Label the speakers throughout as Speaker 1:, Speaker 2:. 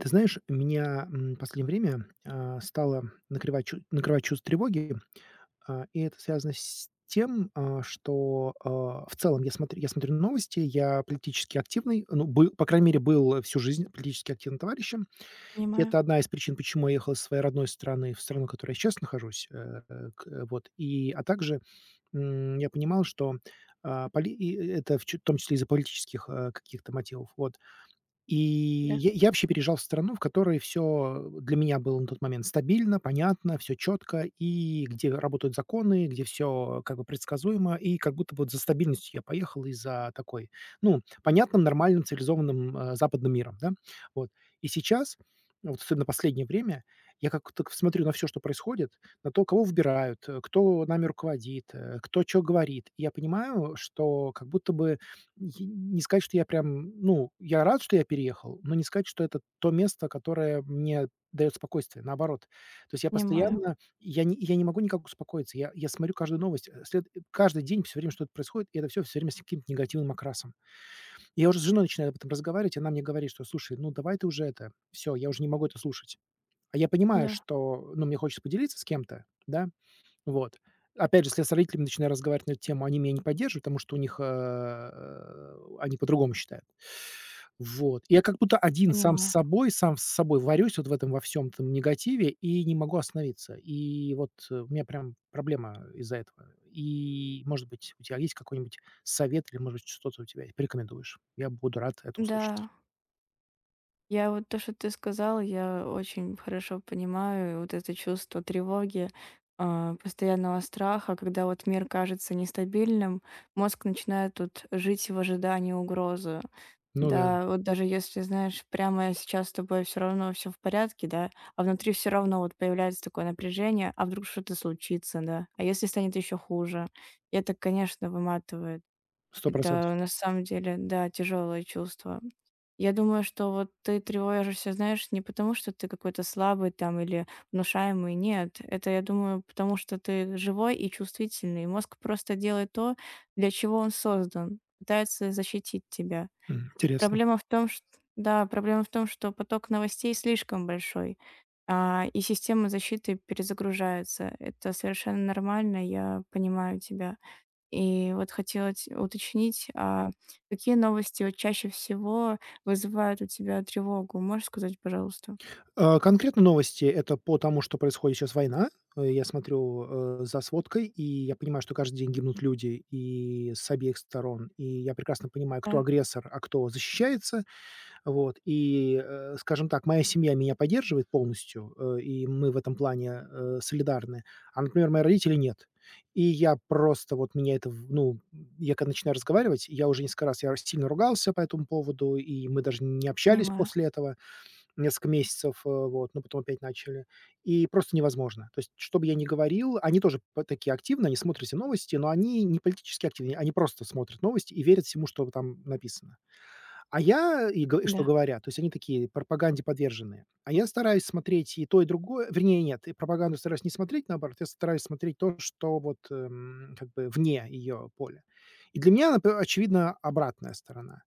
Speaker 1: Ты знаешь, меня, последнее время, стало накревать чу накрывать чувство тревоги, и это связано с тем, что, в целом я смотрю новости, я политически активный, ну, был, по крайней мере, был всю жизнь политически активным товарищем. И
Speaker 2: Понимаю,
Speaker 1: это одна из причин, почему я ехал из своей родной страны в страну, в которой я сейчас нахожусь, вот. И, а также, я понимал, что, а, поли и это в том числе из-за политических, каких-то мотивов, вот. И
Speaker 2: да,
Speaker 1: я вообще переезжал в страну, в которой все для меня было на тот момент стабильно, понятно, все четко, и где работают законы, где все как бы предсказуемо. И как будто бы вот за стабильностью я поехал и за такой, ну, понятным, нормальным, цивилизованным, западным миром, да. Вот. И сейчас, вот особенно последнее время, я как так смотрю на все, что происходит, на то, кого выбирают, кто нами руководит, кто что говорит. И я понимаю, что как будто бы Е не сказать, что я прям ну, я рад, что я переехал, но не сказать, что это то место, которое мне дает спокойствие. Наоборот. То есть я
Speaker 2: понимаю,
Speaker 1: постоянно я не могу никак успокоиться. Я смотрю каждую новость, каждый день всё время что-то происходит, и это все время с каким-то негативным окрасом. И я уже с женой начинаю об этом разговаривать, и она мне говорит, что: "Слушай, ну давай ты уже это, все, я уже не могу это слушать". А я понимаю,
Speaker 2: да,
Speaker 1: что, ну, мне хочется поделиться с кем-то, да. Вот. Опять же, если я с родителями начинаю разговаривать на эту тему, они меня не поддерживают, потому что у них, они по-другому считают. Вот. И я как будто один
Speaker 2: понимаю.
Speaker 1: сам с собой варюсь вот в этом во всем этом негативе и не могу остановиться. И вот, у меня прям проблема из-за этого. И, может быть, у тебя есть какой-нибудь совет или, может быть, что-то у тебя порекомендуешь? Я буду рад это услышать.
Speaker 2: Да, я вот то, что ты сказал, я очень хорошо понимаю вот это чувство тревоги, постоянного страха, когда вот мир кажется нестабильным, мозг начинает тут жить в ожидании угрозы.
Speaker 1: Ну да,
Speaker 2: Да, вот даже если, знаешь, прямо сейчас с тобой все равно все в порядке, да, а внутри все равно вот появляется такое напряжение, а вдруг что-то случится, да, а если станет еще хуже, и это, конечно, выматывает.
Speaker 1: 100.
Speaker 2: Это на самом деле, да, тяжелое чувство. Я думаю, что вот ты тревожишься, знаешь, не потому, что ты какой-то слабый там или внушаемый, нет. Это, я думаю, потому что ты живой и чувствительный. Мозг просто делает то, для чего он создан, пытается защитить тебя.
Speaker 1: Мгм. Интересно.
Speaker 2: Проблема в том, что да, проблема в том, что поток новостей слишком большой, и система защиты перезагружается. Это совершенно нормально, я понимаю тебя. И вот хотела ть уточнить, какие новости вот чаще всего вызывают у тебя тревогу? Можешь сказать, пожалуйста?
Speaker 1: Конкретно новости — это по тому, что происходит сейчас война. Я смотрю, за сводкой, и я понимаю, что каждый день гибнут люди и с обеих сторон. И я прекрасно понимаю, кто
Speaker 2: Да,
Speaker 1: агрессор, а кто защищается. Вот. И, скажем так, моя семья меня поддерживает полностью, и мы в этом плане, солидарны. А, например, мои родители — нет. И я просто вот меня это в ну, я когда начинаю разговаривать, я уже несколько раз я сильно ругался по этому поводу, и мы даже не общались
Speaker 2: понимаю.
Speaker 1: после этого. Несколько месяцев, вот, но потом опять начали. И просто невозможно. То есть, что бы я ни говорил, они тоже п такие активные, они смотрят все новости, но они не политически активные, они просто смотрят новости и верят всему, что там написано. А я и го Что
Speaker 2: Да,
Speaker 1: говорят, то есть они такие пропаганде подверженные. А я стараюсь смотреть и то, и другое. Вернее, нет, и пропаганду стараюсь не смотреть, наоборот, я стараюсь смотреть то, что вот, как бы вне ее поля. И для меня, например, очевидно обратная сторона.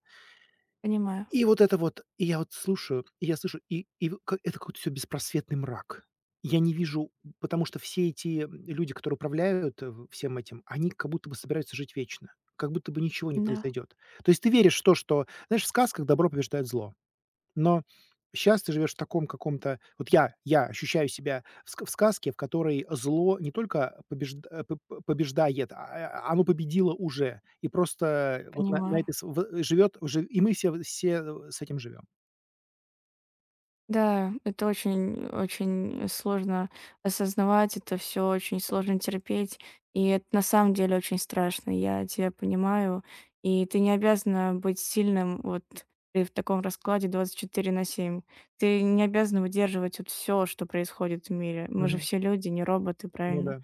Speaker 2: понимаю.
Speaker 1: И вот это вот, и я вот слушаю, и я слышу, и в ка это какой-то все беспросветный мрак. Я не вижу, потому что все эти, люди, которые управляют, в всем этим, они как будто бы собираются жить вечно, как будто бы ничего не
Speaker 2: Да,
Speaker 1: произойдет. То есть ты веришь в то, что, знаешь, в сказках добро побеждает зло. Но сейчас ты живешь в таком каком-то вот я ощущаю себя в сказке, в которой зло не только побежд э, п п побеждает, а оно победило уже. И просто вот на
Speaker 2: понимаю.
Speaker 1: этой с в живет жи и мы все, с этим живем.
Speaker 2: Да, это очень очень сложно осознавать, это все, очень сложно терпеть, и это на самом деле очень страшно. Я тебя понимаю, и ты не обязана быть сильным вот и в таком раскладе 24/7. Ты не обязана выдерживать вот все, что происходит в мире. Мы же
Speaker 1: Мгм.
Speaker 2: все люди, не роботы,
Speaker 1: Ну
Speaker 2: правильно?
Speaker 1: да.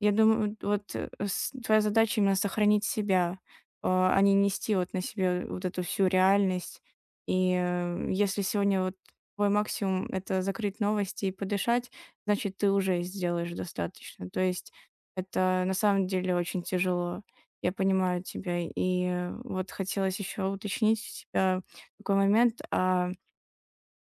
Speaker 2: Я думаю, вот, э, с твоя задача именно сохранить себя, а не нести вот на себе вот эту всю реальность. И, если сегодня вот твой максимум — это закрыть новости и подышать, значит, ты уже сделаешь достаточно. То есть это на самом деле очень тяжело. Я понимаю тебя. И, вот хотелось еще уточнить у тебя такой момент. А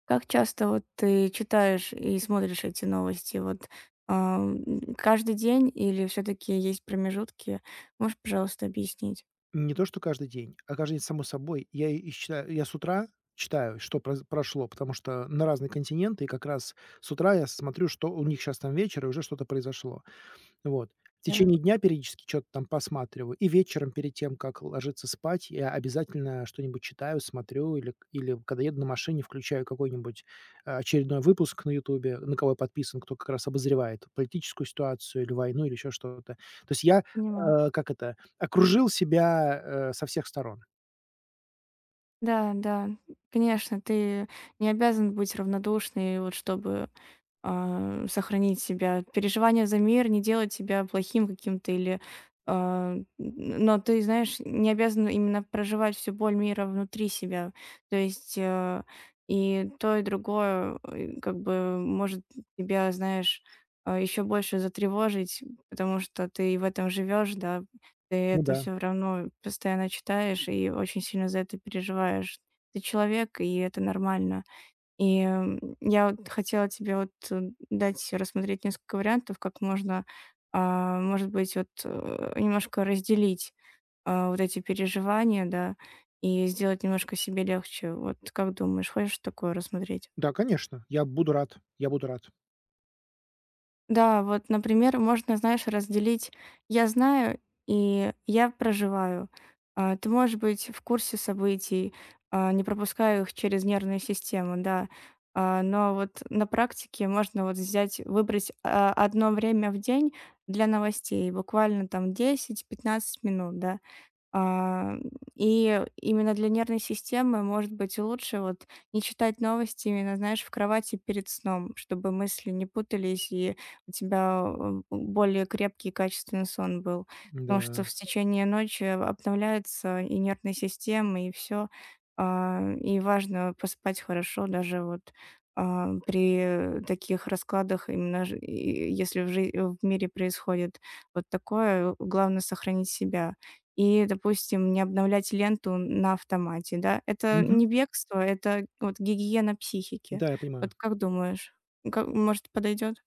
Speaker 2: как часто вот ты читаешь и смотришь эти новости? Вот, каждый день или все таки есть промежутки? Можешь, пожалуйста, объяснить?
Speaker 1: Не то, что каждый день, а каждый день само собой. Я считаю, я с утра читаю, что проз прошло, потому что на разные континенты, и как раз с утра я смотрю, что у них сейчас там вечер, и уже что-то произошло. Вот. В
Speaker 2: Да,
Speaker 1: течение дня периодически что то там посматриваю, и вечером перед тем, как ложиться спать, я обязательно что-нибудь читаю, смотрю или к или когда еду на машине, включаю какой-нибудь, очередной выпуск на "Ютубе", на кого я подписан, кто как раз обозревает политическую ситуацию или войну, или еще что-то. То есть я,
Speaker 2: понимаю.
Speaker 1: как это, окружил себя, со всех сторон.
Speaker 2: Да, да, конечно, ты не обязан быть равнодушной, вот чтобы сохранить себя. Переживание за мир не делает тебя плохим каким-то или... но ты, знаешь, не обязан именно проживать всю боль мира внутри себя. То есть и то, и другое как бы может тебя, знаешь, еще больше затревожить, потому что ты в этом живешь, да, ты
Speaker 1: Ну
Speaker 2: это
Speaker 1: да.
Speaker 2: все равно постоянно читаешь и очень сильно за это переживаешь. Ты человек, и это нормально. И, я вот хотела тебе вот, дать рассмотреть несколько вариантов, как можно, может быть, вот, немножко разделить, вот эти переживания, да, и сделать немножко себе легче. Вот как думаешь, хочешь такое рассмотреть?
Speaker 1: Да, конечно, я буду рад, я буду рад.
Speaker 2: Да, вот, например, можно, знаешь, разделить "я знаю" и "я проживаю". Ты можешь быть в курсе событий, не пропуская их через нервную систему, да. Но вот на практике можно вот взять, выбрать, одно время в день для новостей, буквально там 10-15 минут, да. А, и именно для нервной системы, может быть, лучше вот не читать новости именно, знаешь, в кровати перед сном, чтобы мысли не путались, и у тебя более крепкий и качественный сон был. Потому
Speaker 1: Да.
Speaker 2: что в течение ночи обновляется и нервная система, и все. И важно поспать хорошо даже вот при таких раскладах, именно ж- и если в, жи- в мире происходит вот такое, главное сохранить себя. И, допустим, не обновлять ленту на автомате, да. Это
Speaker 1: Мгм.
Speaker 2: не бегство, это вот гигиена психики.
Speaker 1: Да, я понимаю.
Speaker 2: Вот как думаешь, ка может, подойдет?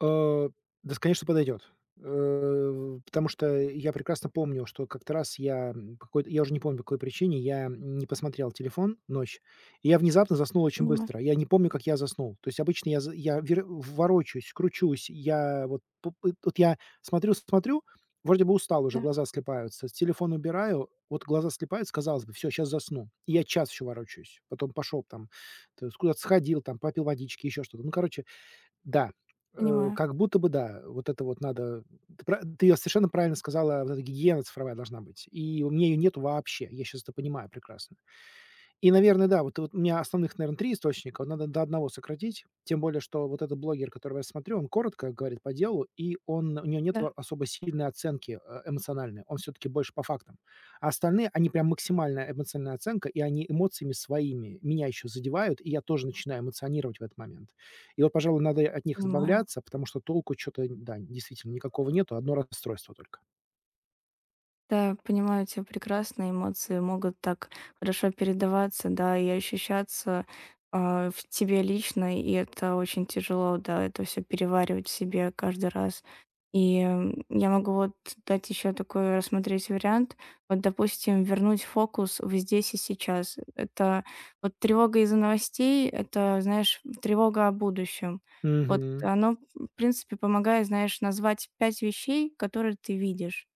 Speaker 1: Э, да, конечно, подойдет. Потому что я прекрасно помню, что как-то раз я, по какой-то, я уже не помню по какой причине, я не посмотрел телефон ночь, и я внезапно заснул очень
Speaker 2: Понимаю.
Speaker 1: быстро. Я не помню, как я заснул. То есть обычно я за я вер ворочаюсь, кручусь, я вот п п вот я смотрю, вроде бы устал уже,
Speaker 2: Да,
Speaker 1: глаза слипаются, телефон убираю, вот глаза слипаются, казалось бы, все, сейчас засну. И я час еще ворочаюсь. Потом пошел там, то есть куда-то сходил, там попил водички, еще что-то. Ну, короче да,
Speaker 2: понимаю.
Speaker 1: как будто бы да. Вот это вот надо. Ты её совершенно правильно сказала, вот эта гигиена цифровая должна быть. И у меня ее нет вообще. Я сейчас это понимаю прекрасно. И, наверное, да, вот у меня основных, наверное, 3 источника, вот надо до одного сократить. Тем более, что вот этот блогер, которого я смотрю, он коротко говорит по делу, и он у него нет
Speaker 2: Да.
Speaker 1: особо сильной оценки, эмоциональной. Он все таки больше по фактам. А остальные, они прям максимальная эмоциональная оценка, и они эмоциями своими меня еще задевают, и я тоже начинаю эмоционировать в этот момент. И вот, пожалуй, надо от них
Speaker 2: Понимаю.
Speaker 1: избавляться, потому что толку что то да, действительно никакого нету, одно расстройство только.
Speaker 2: Да, понимаю тебя прекрасно. Эмоции могут так хорошо передаваться, да, и ощущаться в тебе лично, и это очень тяжело, да, это все переваривать в себе каждый раз. И я могу вот дать еще такой рассмотреть вариант. Вот, допустим, вернуть фокус в здесь и сейчас. Это вот тревога из-за новостей, это, знаешь, тревога о будущем. Вот
Speaker 1: Мгм.
Speaker 2: оно, в принципе, помогает, знаешь, назвать пять вещей, которые ты видишь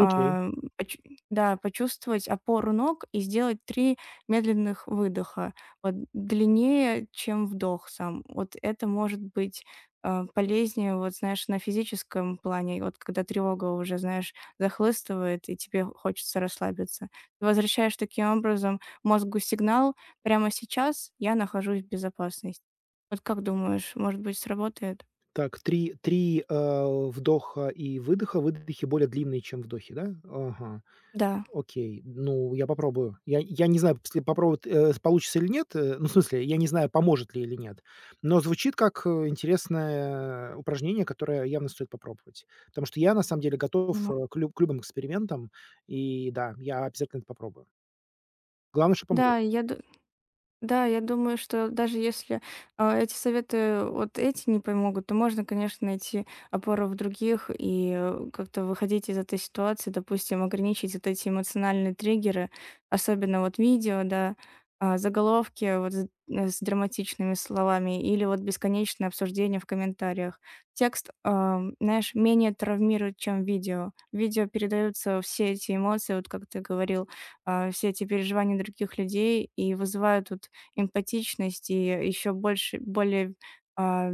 Speaker 1: Окей.
Speaker 2: поч да, почувствовать опору ног и сделать 3 медленных выдоха, вот длиннее, чем вдох сам. Вот это может быть, полезнее, вот знаешь, на физическом плане, вот когда тревога уже, знаешь, захлестывает и тебе хочется расслабиться. Ты возвращаешь таким образом мозгу сигнал: "Прямо сейчас я нахожусь в безопасности". Вот как думаешь, может быть, сработает?
Speaker 1: Так, три вдоха и выдоха. Выдохи более длинные, чем вдохи, да? Ага,
Speaker 2: Да,
Speaker 1: окей. Ну, я попробую. Я не знаю, если попробовать, получится или нет. Ну, в смысле, я не знаю, поможет ли или нет. Но звучит как, интересное упражнение, которое явно стоит попробовать. Потому что я, на самом деле, готов,
Speaker 2: понимаю.
Speaker 1: к любым экспериментам. И да, я обязательно это попробую. Главное, что помогло.
Speaker 2: Да, я ду да, я думаю, что даже если, эти советы, вот эти не помогут, то можно, конечно, найти опору в других и, как-то выходить из этой ситуации. Допустим, ограничить вот эти эмоциональные триггеры, особенно вот видео, да, заголовки вот с драматичными словами или вот бесконечное обсуждение в комментариях. Текст, знаешь, менее травмирует, чем видео. В видео передаются все эти эмоции, вот как ты говорил, все эти переживания других людей и вызывают вот эмпатичность и еще больше более, а,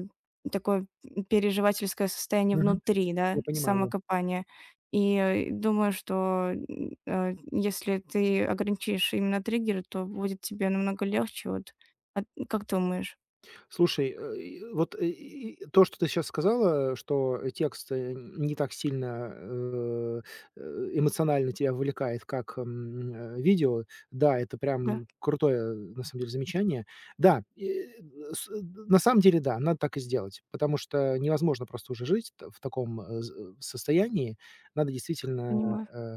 Speaker 2: такое переживательское состояние
Speaker 1: Мгм.
Speaker 2: внутри, да,
Speaker 1: Я понимаю, да.
Speaker 2: самокопание. И думаю, что, если ты ограничишь именно триггеры, то будет тебе намного легче. Вот, а, как ты думаешь?
Speaker 1: Слушай, вот, и то, что ты сейчас сказала, что текст, не так сильно, э, эмоционально тебя вовлекает, как, видео. Да, это
Speaker 2: Да,
Speaker 1: прям крутое, на самом деле, замечание. Да, с э, на самом деле, да, надо так и сделать, потому что невозможно просто уже жить т в таком, состоянии. Надо действительно,
Speaker 2: понимаю.
Speaker 1: э,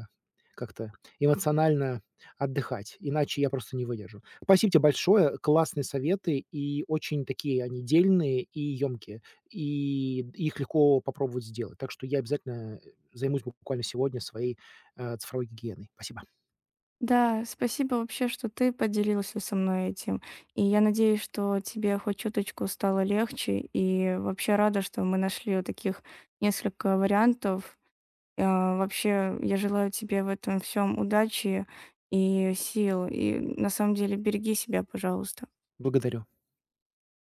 Speaker 1: как-то эмоционально отдыхать, иначе я просто не выдержу. Спасибо тебе большое. Классные советы, и очень такие они дельные и емкие. И д Их легко попробовать сделать. Так что я обязательно, займусь буквально сегодня своей, цифровой гигиеной. Спасибо.
Speaker 2: Да, спасибо вообще, что ты поделился со мной этим. И я надеюсь, что тебе хоть чуточку стало легче. И вообще рада, что мы нашли вот таких несколько вариантов. А, вообще, я желаю тебе в этом всем удачи и сил. И на самом деле береги себя, пожалуйста.
Speaker 1: Благодарю.